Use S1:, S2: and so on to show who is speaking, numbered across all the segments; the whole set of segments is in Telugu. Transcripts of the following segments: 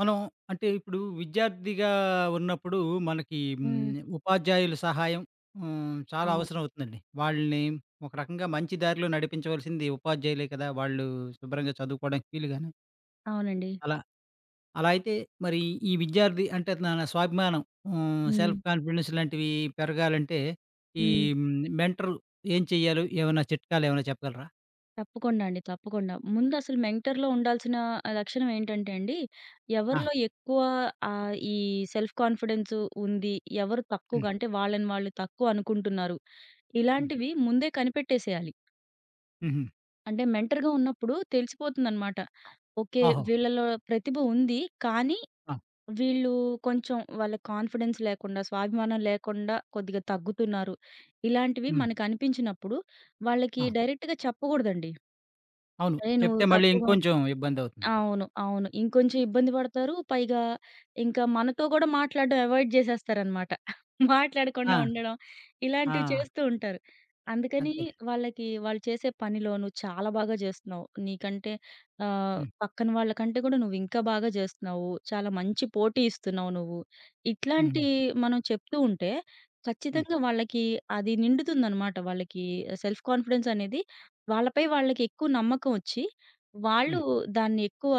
S1: మనం అంటే ఇప్పుడు విద్యార్థిగా ఉన్నప్పుడు మనకి
S2: హ్మ్.
S1: ఉపాధ్యాయుల సహాయం చాలా
S2: అవును.
S1: అవసరం అవుతుందండి. వాళ్ళని ఒక రకంగా మంచి దారిలో నడిపించవలసింది ఉపాధ్యాయులే కదా! వాళ్ళు శుభ్రంగా చదువుకోవడానికి వీలుగాను.
S2: అవునండి.
S1: అలా అలా అయితే మరి ఈ విద్యార్థి అంటే తన స్వాభిమానం,
S2: హ్మ్.
S1: సెల్ఫ్ కాన్ఫిడెన్స్ లాంటివి పెరగాలంటే ఈ
S2: హ్మ్.
S1: హ్మ్, మెంటర్ ఏం చెయ్యాలో ఏమైనా చిట్కాలు ఏమైనా చెప్పగలరా?
S2: తప్పకుండా అండి. తప్పకుండా. ముందు అసలు మెంటర్‌లో ఉండాల్సిన లక్షణం ఏంటంటే అండి,
S1: ఆ!
S2: ఎవరిలో ఎక్కువ ఈ సెల్ఫ్ కాన్ఫిడెన్స్ ఉంది, ఎవరు
S1: హ్మ్.
S2: తక్కువగా అంటే వాళ్ళని వాళ్ళు తక్కువ అనుకుంటున్నారు.
S1: హ్మ్.
S2: ఇలాంటివి ముందే కనిపెట్టేసేయాలి.
S1: హుహు.
S2: అంటే మెంటర్‌గా ఉన్నప్పుడు తెలిసిపోతుందనమాట. ఓకే.
S1: ఓహో!
S2: వీళ్ళలో ప్రతిభ ఉంది. కానీ
S1: ఆ!
S2: వీళ్ళు కొంచెం వాళ్ళ కాన్ఫిడెన్స్ లేకుండా, స్వాభిమానం లేకుండా కొద్దిగా తగ్గుతున్నారు. ఇలాంటివి
S1: హ్మ్.
S2: మనకనిపించినప్పుడు వాళ్ళకి
S1: ఆ!
S2: డైరెక్ట్‌గా చెప్పకూడదండి.
S1: అవును.
S2: "అరేయ్! నువ్వు
S1: చెప్తే మళ్ళీ
S2: తక్కువగా
S1: ఇంకొంచెం ఇబ్బందవుతుంది.
S2: అవును. అవును. ఇంకొంచెం ఇబ్బంది పడతారు. పైగా ఇంకా మనతో గూడా మాట్లాడడం అవాయిడ్ జేసేస్తారనమాట.
S1: ఆ!
S2: మాట్లాడకుండా ఉండడం
S1: ఆ!
S2: ఇలాంటివి చేస్తూ ఉంటారు. అందుకని
S1: అంతేలే.
S2: వాళ్ళకి వాళ్ళు చేసే పనిలో "నువ్వు చాలా బాగా జేస్తున్నావు. నీకంటే
S1: హ్మ్.
S2: పక్కన వాళ్ళకంటే గూడా నువ్వు ఇంకా బాగా జేస్తున్నావు. చాలా మంచి పోటీ ఇస్తున్నావు నువ్వు." ఇట్లాంటి
S1: హ్మ్.
S2: మనం చెప్తూ ఉంటే
S1: హ్మ్.
S2: ఖచ్చితంగా వాళ్ళకి అది నిండుతుందనమాట. వాళ్ళకి సెల్ఫ్ కాన్ఫిడెన్స్ అనేది వాళ్ళపై వాళ్ళకి ఎక్కువ నమ్మకం ఒచ్చి వాళ్ళు
S1: హ్మ్.
S2: దాన్ని ఎక్కువ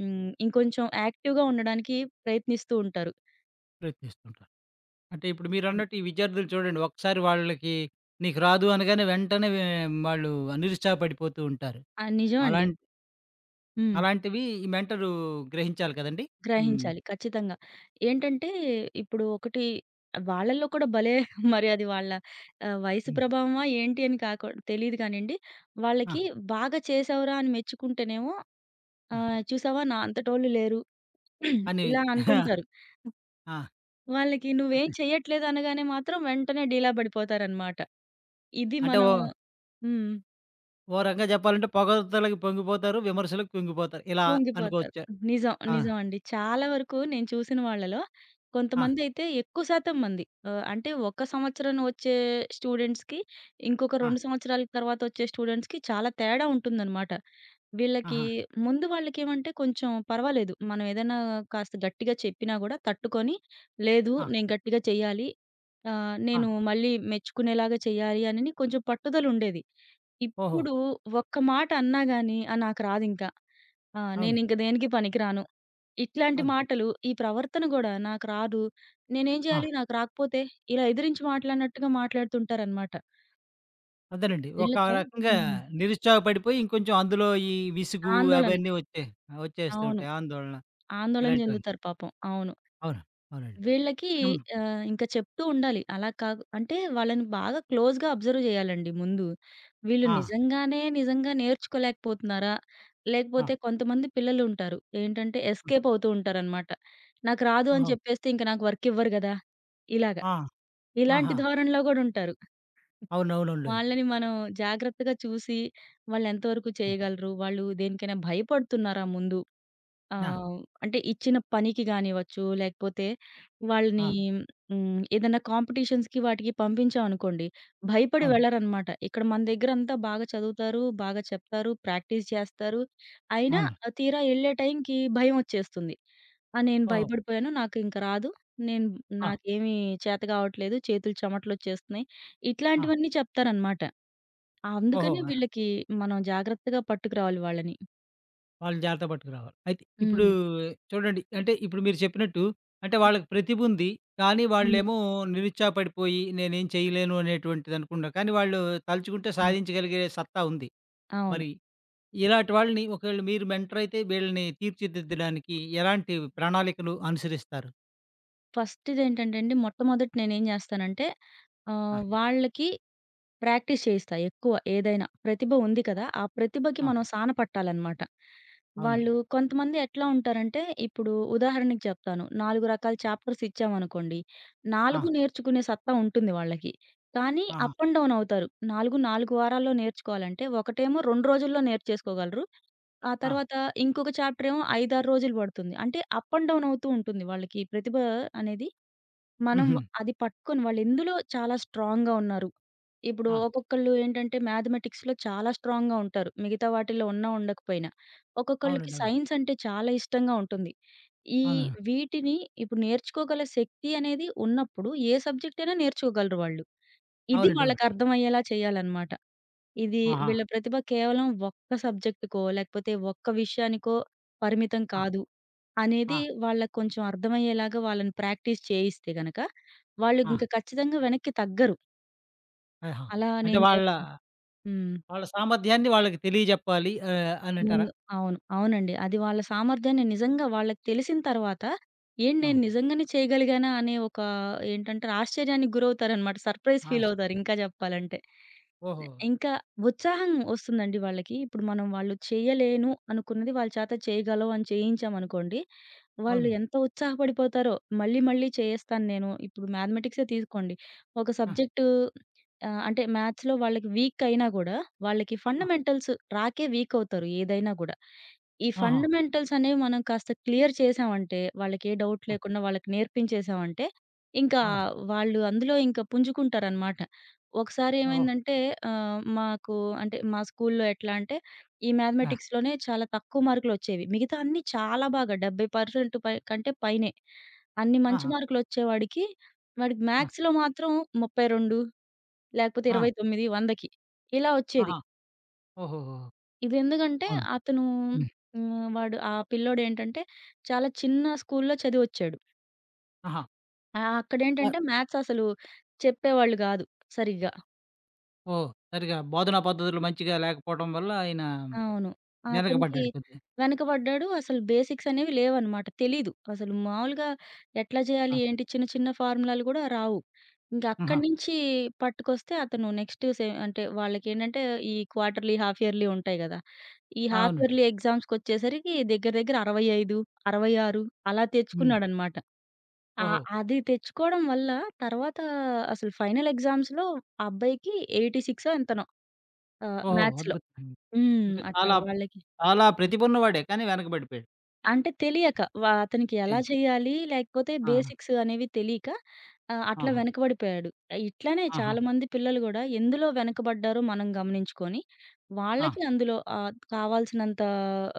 S2: ఇంకొంచెం యాక్టివ్‌గా ఉండడానికి ప్రయత్నిస్తూ ఉంటారు.
S1: ప్రయత్నిస్తుంటారు. అంటే ఇప్పుడు
S2: అవును.
S1: మీరన్నట్టు ఈ విద్యార్థులు చూడండి ఒకసారి వాళ్ళకి నీకు రాదు అనగానే వెంటనే వాళ్ళు నిరుత్సాహపడిపోతూ ఉంటారు.
S2: ఆ! నిజం అండి.
S1: అలాం
S2: హ్మ్.
S1: అలాంటివి ఈ మెంటరు గ్రహించాలి కదండీ! హ్మ్.
S2: గ్రహించాలి ఖచ్చితంగా. ఏంటంటే ఇప్పుడు ఒకటి వాళ్ళలో కూడా భలే మరి అది వాళ్ళ వయసు
S1: హ్మ్.
S2: ప్రభావమా ఏంటి అని కాకు తెలీదు కానియండి.
S1: ఆ!
S2: వాళ్ళకి బాగా చేసావురా అని మెచ్చుకుంటేనేమో
S1: ఆ!
S2: చూసావా నా అంతటోళ్ళు లేరు
S1: అని
S2: ఇలా అనుకుంటారు.
S1: ఆ!
S2: వాళ్ళకి నువ్వేం
S1: అంటే
S2: చెయ్యట్లేదు అనగానే మాత్రం వెంటనే డీలా పడిపోతారనమాట. ఇది
S1: అంటే ఓ
S2: మనం హ్మ్.
S1: ఓ రకంగా చెప్పాలంటే పొగడ్తలకి పొంగిపోతారు. విమర్శలకు కుంగిపోతారు. ఇలా
S2: కుంగిపోతారు.
S1: అనుకోవచ్చా?
S2: నిజం.
S1: ఆ!
S2: నిజం అండి. చాలా వరకు నేను చూసిన వాళ్ళలో
S1: ఆ!
S2: కొంతమందైతే ఎక్కువ శాతం మంది అంటే ఒక సంవత్సరం వచ్చే స్టూడెంట్స్‌కి, ఇంకొక
S1: ఆ!
S2: 2 సంవత్సరాల తర్వాత వచ్చే స్టూడెంట్స్‌కి చాలా తేడా ఉంటుందనమాట. వీళ్ళకి
S1: ఆహా!
S2: ముందు వాళ్ళకేమంటే కొంచెం పర్వాలేదు. మనం ఏదైనా కాస్త గట్టిగా చెప్పినా గూడా తట్టుకొని, లేదు
S1: ఆ!
S2: నేను గట్టిగా చెయ్యాలి.
S1: ఆ!
S2: నేను మళ్ళీ మెచ్చుకునేలాగా చెయ్యాలి అని కొంచెం పట్టుదలుండేది.
S1: ఓహో!
S2: ఇప్పుడు ఒక్క మాట అన్నా గాని, "ఆ! నాకు రాదింకా." ఆ!
S1: అవును.
S2: నేనింక దేనికి పనికిరాను. ఇట్లాంటి
S1: అవును.
S2: మాటలు, ఈ ప్రవర్తన గూడా నాకు రాదు. నేనేం
S1: ఆ!
S2: జేయాలి? నాకు రాకపోతే ఇలా ఎదిరించి మాట్లాడినట్టుగా మాట్లాడుతుంటారనమాట.
S1: అదేనండి. ఒక
S2: వీళ్ళతో
S1: రకంగా
S2: హ్మ్.
S1: నిరుత్సాహపడిపోయి ఇంకొంచెం అందులో ఈ విసుగు
S2: ఆందోళన.
S1: అవన్నీ వచ్చేస్తూ
S2: అవును.
S1: ఉంటాయి. ఆందోళన
S2: ఆందోళన
S1: ఇలాంటివన్నీ.
S2: చెందుతారు పాపం. అవును.
S1: అవును. అవునండి.
S2: వీళ్ళకి
S1: హ్మ్.
S2: ఇంకా చెప్తూ ఉండాలి. అలా కాదు అంటే వాళ్ళని బాగా క్లోజ్‌గా అబ్జర్వ్ చేయాలండి ముందు. వీళ్ళు
S1: ఆ!
S2: నిజంగానే నిజంగా నేర్చుకోలేకపోతున్నారా?
S1: ఆ!
S2: లేకపోతే కొంతమంది పిల్లలుంటారు. ఏంటంటే
S1: హ్మ్.
S2: ఎస్కేప్ అవుతూ ఉంటారనమాట. నాకు రాదు అని
S1: ఓహో!
S2: చెప్పేస్తే ఇంక నాకు వర్క్ ఇవ్వరు గదా! ఇలాగ.
S1: ఆ!
S2: ఇలాంటి
S1: ఆహా!
S2: ధోరణిలో గూడా ఉంటారు.
S1: అవునవునండోయ్.
S2: వాళ్ళని మనం జాగ్రత్తగా చూసి వాళ్ళెంతవరకు
S1: హ్మ్.
S2: చేయగలరు? వాళ్ళు దేనికైనా భయపడుతున్నారా ముందు?
S1: ఆ!
S2: ఆహ్, అంటే ఇచ్చిన పనికి గానివ్వచ్చు, లేకపోతే
S1: ఆ!
S2: వాళ్ళని ఏదైనా కాంపిటీషన్స్‌కి వాటికి పంపించామనుకోండి, భయపడి
S1: అవును.
S2: వెళ్లరనమాట. ఇక్కడ మన దగ్గరంతా బాగా చదువుతారు, బాగా చెప్తారు, ప్రాక్టీస్ చేస్తారు. అయినా
S1: అవును.
S2: తీరా ఎళ్ళే టైంకి భయమొచ్చేస్తుంది. ఆ! నేను
S1: ఓహో!
S2: భయపడిపోయాను. నాకింక రాదు. నేను
S1: ఆ!
S2: నాకేమీ చేత గావట్లేదు. చేతులు చెమటలొచ్చేస్తున్నాయి.
S1: ఆ!
S2: ఇట్లాంటివన్నీ చెప్తారనమాట.
S1: ఓహో!
S2: అందుకని
S1: ఆ!
S2: వీళ్ళకి మనం జాగ్రత్తగా పట్టుకురావాలి వాళ్ళని.
S1: వాళ్ళని జాగ్రత్త పట్టుకురావాలి. అయితే ఇప్పుడు
S2: హ్మ్.
S1: చూడండి అంటే ఇప్పుడు మీరు చెప్పినట్టు అంటే వాళ్ళకి ప్రతిభ ఉంది. కానీ
S2: హ్మ్.
S1: వాళ్ళేమో నిరుత్సాహపడిపోయి నేనేం చేయలేను అనేటువంటిదనుకుంటారు. కానీ వాళ్ళు తలుచుకుంటే
S2: హ్మ్.
S1: సాధించగలిగే సత్తా ఉంది.
S2: అవును.
S1: మరి ఇలాంటి వాళ్ళని ఒకవేళ మీరు మెంటర్ అయితే వీళ్ళని తీర్చిదిద్దడానికి ఎలాంటి ప్రణాళికలు అనుసరిస్తారు?
S2: ఫస్ట్‌దేంటంటే అండి, మొట్టమొదట నేనేం జేస్తానంటే,
S1: ఆ!
S2: వాళ్ళకి ప్రాక్టీస్ చేయిస్తా ఎక్కువ ఏదైనా. ప్రతిభ ఉంది కదా! ఆ ప్రతిభకి
S1: ఆ!
S2: మనం సాన పట్టాలనమాట.
S1: అవును.
S2: వాళ్ళు కొంతమంది ఎట్లా ఉంటారంటే, ఇప్పుడు ఉదాహరణకి చెప్తాను. 4 రకాల చాప్టర్స్ ఇచ్చామనుకోండి,
S1: ఆ!
S2: 4 నేర్చుకునే సత్తా ఉంటుంది వాళ్ళకి. కానీ
S1: ఆహా!
S2: అప్ అండ్ డౌన్ అవుతారు. 4 4 వారాల్లో నేర్చుకోవాలంటే, ఒకటేమో 2 రోజుల్లో నేర్చేసుకోగలరు. ఆ
S1: ఆ!
S2: తర్వాత ఇంకొక చాప్టర్ ఏమో 5, 6 రోజులు పడుతుంది. అంటే అప్ అండ్ డౌన్ అవుతూ ఉంటుంది వాళ్ళకి ప్రతిభ అనేది మనం
S1: హుహు.
S2: అది పట్టుకొని వాళ్ళెందులో చాలా స్ట్రాంగ్‌గా ఉన్నారు. ఇప్పుడు
S1: ఆ!
S2: ఒక్కొక్కళ్ళు ఏంటంటే మ్యాథమెటిక్స్‌లో చాలా స్ట్రాంగ్‌గా ఉంటారు. మిగతా వాటిలో ఉన్నా ఉండకపోయినా. ఒక్కొక్కళ్ళకి
S1: అవునండి. అవును.
S2: సైన్స్ అంటే చాలా ఇష్టంగా ఉంటుంది. ఈ
S1: అవును.
S2: వీటిని ఇప్పుడు నేర్చుకోగల శక్తి అనేది ఉన్నప్పుడు ఏ సబ్జెక్ట్ అయినా నేర్చుకోగలరు వాళ్ళు. ఇది
S1: అవునండి. అవునండి.
S2: వాళ్ళకర్థమయ్యేలా చేయాలనమాట. ఇది
S1: ఆహా!
S2: వీళ్ళ ప్రతిభ కేవలం ఒక్క సబ్జెక్ట్‌కో, లేకపోతే ఒక్క విషయానికో పరిమితం
S1: ఆ!
S2: కాదు
S1: ఆ!
S2: అనేది వాళ్ళకి కొంచెం అర్థమయ్యేలాగా వాళ్ళని ప్రాక్టీస్ చేయిస్తే గనక, వాళ్ళు
S1: ఆ!
S2: ఇంక ఖచ్చితంగా వెనక్కి తగ్గరు.
S1: ఆహా!
S2: అలా
S1: అంటే
S2: నేను
S1: వాళ్ళ
S2: చేస్తాను. హ్మ్.
S1: వాళ్ళ సామర్థ్యాన్ని వాళ్ళకి తెలియజెప్పాలి అనంటారా?
S2: ముందు అవును. అవునండి. అది వాళ్ళ సామర్థ్యాన్ని నిజంగా వాళ్ళకి తెలిసిన తర్వాత, ఏంటి
S1: ఆ!
S2: నేను నిజంగానే చేయగలిగానా అనే ఒక ఏంటంటే ఆశ్చర్యానికి గురవుతారనమాట. సర్ప్రైజ్
S1: ఆ!
S2: ఫీల్ అవుతారు ఇంకా చెప్పాలంటే.
S1: ఓహో!
S2: ఇంకా ఉత్సాహం వస్తుందండి వాళ్ళకి. ఇప్పుడు మనం వాళ్ళు చేయలేను అనుకున్నది వాళ్ళ చేత చేయగలవు అని చేయించామనుకోండి, వాళ్ళు
S1: అవును.
S2: ఎంత ఉత్సాహపడిపోతారో మళ్ళీ మళ్ళీ చేసేస్తాను నేను. ఇప్పుడు మ్యాథమెటిక్సే తీసుకోండి. ఒక
S1: ఆ!
S2: సబ్జెక్టు ఆ! అంటే మ్యాథ్స్‌లో వాళ్ళకి వీక్ అయినా గూడా, వాళ్ళకి
S1: ఆ!
S2: ఫండమెంటల్స్ రాకే వీక్ అవుతారు ఏదైనా గూడా. ఈ
S1: ఆహా!
S2: ఫండమెంటల్స్ అనేవి మనం కాస్త క్లియర్ చేశామంటే, వాళ్ళకి ఏ డౌట్
S1: ఆ!
S2: లేకుండా వాళ్ళకి నేర్పించేశామంటే, ఇంకా
S1: అవును.
S2: వాళ్ళు అందులో ఇంకా పుంజుకుంటారనమాట. ఒకసారి
S1: ఓహో!
S2: ఏమైందంటే మాకు అంటే మా స్కూల్‌లో ఎట్లా అంటే, ఈ
S1: ఆ!
S2: మ్యాథమెటిక్స్‌లోనే చాలా తక్కువ మార్కులొచ్చేవి. మిగతా అన్నీ చాలా బాగా 70% పై కంటే పైనే. అన్ని మంచి
S1: ఆహా!
S2: మార్కులొచ్చేవాడికి, వాడికి
S1: ఆ!
S2: మ్యాథ్స్‌లో మాత్రం 32 లేకపోతే
S1: ఆ!
S2: 29, 100కి ఇలా వచ్చేది.
S1: ఆహా! ఓహోహోహో!
S2: ఇదెందుకంటే
S1: అవును.
S2: అతను
S1: హ్మ్.
S2: వాడు ఆ పిల్లోడేంటంటే చాలా చిన్న స్కూల్‌లో చదివొచ్చాడు.
S1: ఆహా!
S2: అక్కడేంటంటే మ్యాథ్స్ అసలు చెప్పేవాళ్ళు గాదు సరిగ్గా.
S1: ఓహ్! సరిగా బోధనా పద్ధతులు మంచిగా లేకపోవడం వల్ల ఆయన
S2: అవును. అతనికి
S1: వెనకబడ్డాడు కొద్దిగా.
S2: వెనకబడ్డాడు. అసలు బేసిక్స్ అనేవి లేవనమాట. తెలీదు. అసలు మామూలుగా ఎట్లా చేయాలి,
S1: ఆ!
S2: ఏంటి చిన్న చిన్న ఫార్ములాలు గూడా రావు. ఇంక
S1: ఆహా!
S2: అక్కడి నుంచి పట్టుకొస్తే అతను నెక్స్ట్ సె అంటే వాళ్ళకేంటంటే ఈ క్వార్టర్‌లీ, హాఫ్ ఇయర్‌లీ ఉంటాయి గదా! ఈ హాఫ్
S1: అవునండి.
S2: ఇయర్లీ ఎగ్జామ్స్‌కొచ్చేసరికి దగ్గర దగ్గర 65, 66 అలా
S1: హ్మ్.
S2: తెచ్చుకున్నాడనమాట.
S1: ఓహో!
S2: అది తెచ్చుకోవడం వల్ల తర్వాత అసలు ఫైనల్ ఎగ్జామ్స్‌లో ఆ అబ్బాయికి 86 ఎంతనో
S1: ఓహో!
S2: మ్యాథ్స్‌లో.
S1: అద్భుతం.
S2: హ్మ్.
S1: అంటే
S2: అట్లా
S1: చాలా
S2: వాళ్ళకి.
S1: చాలా ప్రతిభ ఉన్నవాడే కానీ వెనకబడిపోయాడు.
S2: అంటే తెలియక. అతనికి
S1: ఓకే.
S2: ఎలా చేయాలి? లేకపోతే
S1: ఆహా!
S2: బేసిక్స్ అనేవి తెలియక అట్లా
S1: ఆహా!
S2: వెనకబడిపోయాడు. ఇట్లనే
S1: ఆహా!
S2: చాలామంది పిల్లలు గూడా ఎందులో వెనకబడ్డారో మనం గమనించుకొని,
S1: ఆ!
S2: వాళ్ళకి అందులో కావాల్సినంత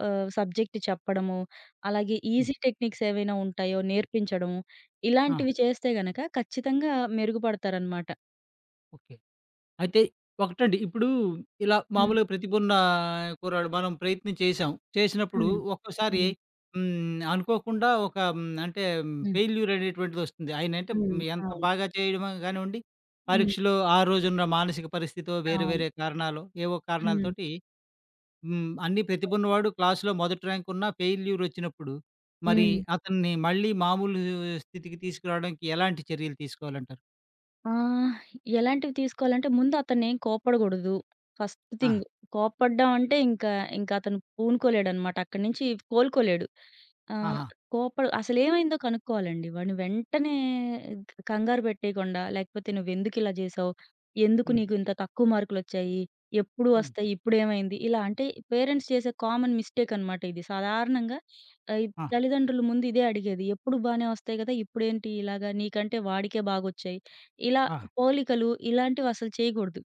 S2: సబ్జెక్ట్ చెప్పడము, అలాగే
S1: హ్మ్.
S2: ఈజీ టెక్నిక్స్ ఏవైనా ఉంటాయో నేర్పించడము,
S1: ఆ!
S2: ఇలాంటివి చేస్తే గనక ఖచ్చితంగా మెరుగుపడతారనమాట.
S1: ఓకే. అయితే ఒకటండి. ఇప్పుడు ఇలా
S2: హ్మ్.
S1: మామూలుగా ప్రతిభున్న కుర్రాడు మనం ప్రయత్నం చేశాం. చేసినప్పుడు
S2: హ్మ్.
S1: ఒక్కోసారి
S2: హ్మ్.
S1: అనుకోకుండా ఒక అంటే
S2: హ్మ్.
S1: ఫెయిల్యూర్ అనేటువంటిదొస్తుంది. ఆయనంటే
S2: హ్మ్.
S1: ఎంత
S2: అవును.
S1: బాగా చేయడమో కానివ్వండి,
S2: హ్మ్.
S1: పరీక్షలో ఆ రోజున్న మానసిక పరిస్థితో వేరే
S2: అవును.
S1: వేరే కారణాలు, ఏవో
S2: హ్మ్.
S1: కారణాలతోటి. అన్నీ ప్రతిభున్నవాడు క్లాస్‌లో మొదటి ర్యాంక్ ఉన్నా ఫెయిల్యూరొచ్చినప్పుడు, మరి
S2: హ్మ్.
S1: అతన్ని మళ్ళీ మామూలు స్థితికి తీసుకురావడానికి ఎలాంటి చర్యలు తీసుకోవాలంటారు?
S2: ఆ! ఎలాంటివి తీసుకోవాలంటే ముందు అతన్నేం కోప్పడగూడదు. First thing.
S1: ఆ!
S2: కోప్పడ్డం అంటే ఇంకా, ఇంకా అతను పూనుకోలేడనమాట. అక్కడి నుంచి కోలుకోలేడు. ఆహ్,
S1: ఆహా!
S2: కోప్పడు అసలేమైందో కనుక్కోవాలండి. వాడిని వెంటనే కంగారు పెట్టేయకుండా, లేకపోతే "నువ్వెందుకిలా జేశావు? ఎందుకు
S1: హ్మ్.
S2: నీకు ఇంత తక్కువ మార్కులొచ్చాయి? ఎప్పుడు
S1: హ్మ్.
S2: వస్తాయి? ఇప్పుడేమైంది?" ఇలా అంటే పేరెంట్స్ చేసే కామన్ మిస్టేక్ అనమాట ఇది. సాధారణంగా ఆహ్,
S1: ఆ!
S2: తల్లిదండ్రుల ముందు ఇదే అడిగేది. "ఎప్పుడు బానే వస్తాయి గదా! ఇప్పుడేంటి ఇలాగా? నీకంటే వాడికే బాగొచ్చాయి." ఇలా
S1: ఆ!
S2: పోలికలు ఇలాంటివసలు చేయగూడదు.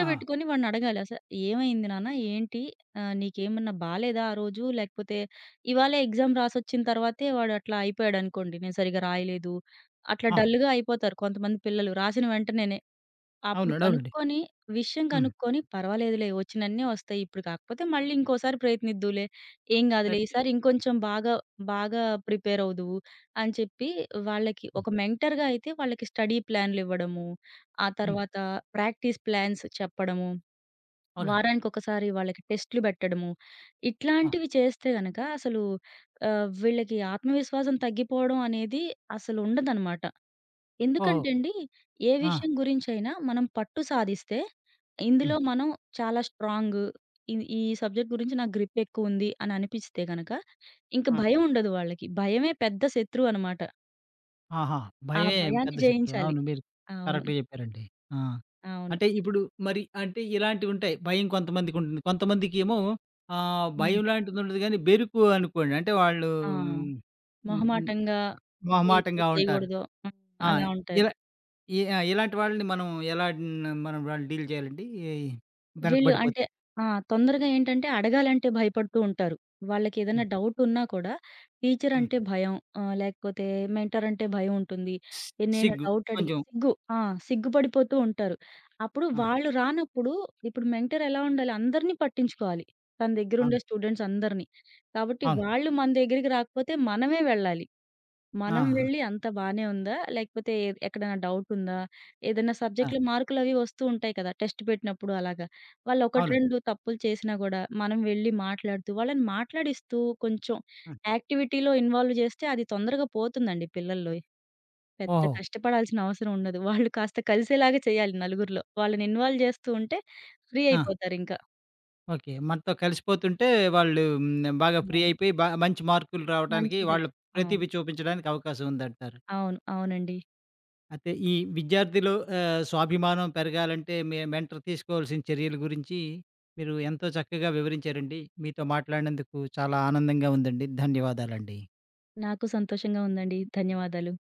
S1: ఆహా!
S2: వాడినడగాలి "ఏమైంది నాన్న? ఏంటి? నీకేమన్నా బాలేదా ఆ రోజు? లేకపోతే ఇవాళే ఎగ్జామ్ రాసొచ్చిన తర్వాతే వాడు అట్లా అయిపోయాడనుకోండి. నేను సరిగ్గా రాయలేదు" అట్లా
S1: ఆ!
S2: డల్‌గా అయిపోతారు కొంతమంది పిల్లలు రాసిన వెంటనేనే. అప్పుడు
S1: అవునండి. అవునండి.
S2: కనుక్కొని, విషయం
S1: హ్మ్.
S2: కనుక్కొని పర్వాలేదులే వచ్చినన్నే వస్తాయి. ఇప్పుడు కాకపోతే మళ్ళీ ఇంకోసారి ప్రయత్నిద్దువులే. ఏం గాదులే
S1: కరెక్టే.
S2: ఈసారి ఇంకొంచెం బాగా, బాగా ప్రిపేర్ అవుదువు అని చెప్పి వాళ్ళకి
S1: హ్మ్.
S2: ఒక మెంటర్‌గా అయితే వాళ్ళకి స్టడీ ప్లాన్‌లివ్వడము, ఆ
S1: హ్మ్.
S2: తర్వాత ప్రాక్టీస్ ప్లాన్స్ చెప్పడము,
S1: అవునండి.
S2: వారానికొకసారి వాళ్ళకి టెస్ట్‌లు బెట్టడము,
S1: ఆ!
S2: ఇట్లాంటివి చేస్తే గనక అసలు వీళ్ళకి ఆత్మవిశ్వాసం తగ్గిపోవడం అనేది అసలుండదనమాట.
S1: ఓహో!
S2: ఎందుకంటే అండి, ఏ
S1: ఆ!
S2: విషయం గురించైనా మనం పట్టు సాధిస్తే, ఇందులో
S1: హ్మ్.
S2: మనం చాలా స్ట్రాంగు. ఈ ఈ సబ్జెక్ట్ గురించి నాకు గ్రిప్ ఎక్కువుంది అని అనిపిస్తే గనక, ఇంక
S1: ఆ!
S2: భయం ఉండదు వాళ్ళకి. భయమే పెద్ద శత్రువు అనమాట.
S1: ఆహా!
S2: ఆ
S1: భయమే
S2: భయాన్ని
S1: పెద్ద శత్రువు.
S2: జయించాలి.
S1: అవును. మీరు
S2: అవును.
S1: కరెక్ట్‌గా చెప్పారండి. ఆ!
S2: అవును.
S1: అంటే ఇప్పుడు మరి అంటే ఇలాంటివుంటాయి. భయం కొంతమందికుంటుంది. కొంతమందికేమో
S2: హ్మ్.
S1: భయం లాంటిదుండదు గానీ, బెరుకు అనుకోండి. అంటే వాళ్ళు
S2: ఆ!
S1: హ్మ్. హ్మ్.
S2: మొహమాటంగా చేయొచ్చో,
S1: మొహమాటంగా ఉంటారు.
S2: చేయకూడదో హ్మ్.
S1: ఆ!
S2: అలా ఉంటారు.
S1: ఇలా ఈ ఆ! ఇలాంటి వాళ్ళని మనం ఎలా న్ మనం వాళ్ళని డీల్ చేయాలండి?
S2: వీళ్ళు అంటే
S1: వెనకబడిపోతే?
S2: ఆ! తొందరగా ఏంటంటే అడగాలంటే భయపడుతూ ఉంటారు. వాళ్ళకేదైనా
S1: హ్మ్.
S2: డౌట్ ఉన్నా కూడా టీచర్
S1: హ్మ్.
S2: అంటే భయం. లేకపోతే మెంటర్ అంటే భయం ఉంటుంది.
S1: సి
S2: నేను
S1: సిగ్గు
S2: డౌట్ అడిగి
S1: కొంచెం.
S2: సిగ్గు ఆ! సిగ్గుపడిపోతూ ఉంటారు. అప్పుడు
S1: ఆ!
S2: వాళ్ళు రానప్పుడు ఇప్పుడు మెంటర్ ఎలా ఉండాలి? అందరిని పట్టించుకోవాలి. తన దగ్గరుండే
S1: అవును.
S2: స్టూడెంట్స్ అందరిని. కాబట్టి
S1: అవును.
S2: వాళ్ళు మన దగ్గరికి రాకపోతే మనమే వెళ్ళాలి. మనం
S1: ఆహా!
S2: వెళ్ళి అంతా బానే ఉందా? లేకపోతే ఎక్కడైనా డౌటుందా? ఏదైనా
S1: ఆ!
S2: సబ్జెక్ట్‌లో మార్కులవి వస్తూ ఉంటాయి కదా! టెస్ట్ పెట్టినప్పుడు అలాగా. వాళ్ళు 1,
S1: అవునండి.
S2: 2 తప్పులు చేసినా గూడా మనం వెళ్ళి మాట్లాడుతూ వాళ్ళని మాట్లాడిస్తూ కొంచెం
S1: హ్మ్.
S2: యాక్టివిటీలో ఇన్వాల్వ్ చేస్తే అది తొందరగా పోతుందండి పిల్లల్లోయి. పెద్ద
S1: ఓహో!
S2: కష్టపడాల్సిన అవసరం ఉండదు. వాళ్ళు కాస్త కలిసేలాగా చేయాలి నలుగురిలో. వాళ్ళని ఇన్వాల్వ్ చేస్తూ ఉంటే ఫ్రీ
S1: ఆ!
S2: అయిపోతారింకా.
S1: ఓకే. మనతో కలిసిపోతుంటే వాళ్ళు బాగా ఫ్రీ
S2: అవును.
S1: అయిపోయి మంచి మార్కులు రావటానికి
S2: మంచిది.
S1: వాళ్ళు
S2: అవును.
S1: ప్రతిభ చూపించడానికి అవకాశం ఉందంటారు.
S2: అవును. అవునండి.
S1: అయితే ఈ విద్యార్థిలో స్వాభిమానం పెరగాలంటే మీ మెంటర్ తీసుకోవాల్సిన చర్యల గురించి మీరు ఎంతో చక్కగా వివరించారండి. మీతో మాట్లాడినందుకు చాలా ఆనందంగా ఉందండి. ధన్యవాదాలండి.
S2: నాకు సంతోషంగా ఉందండి. ధన్యవాదాలు.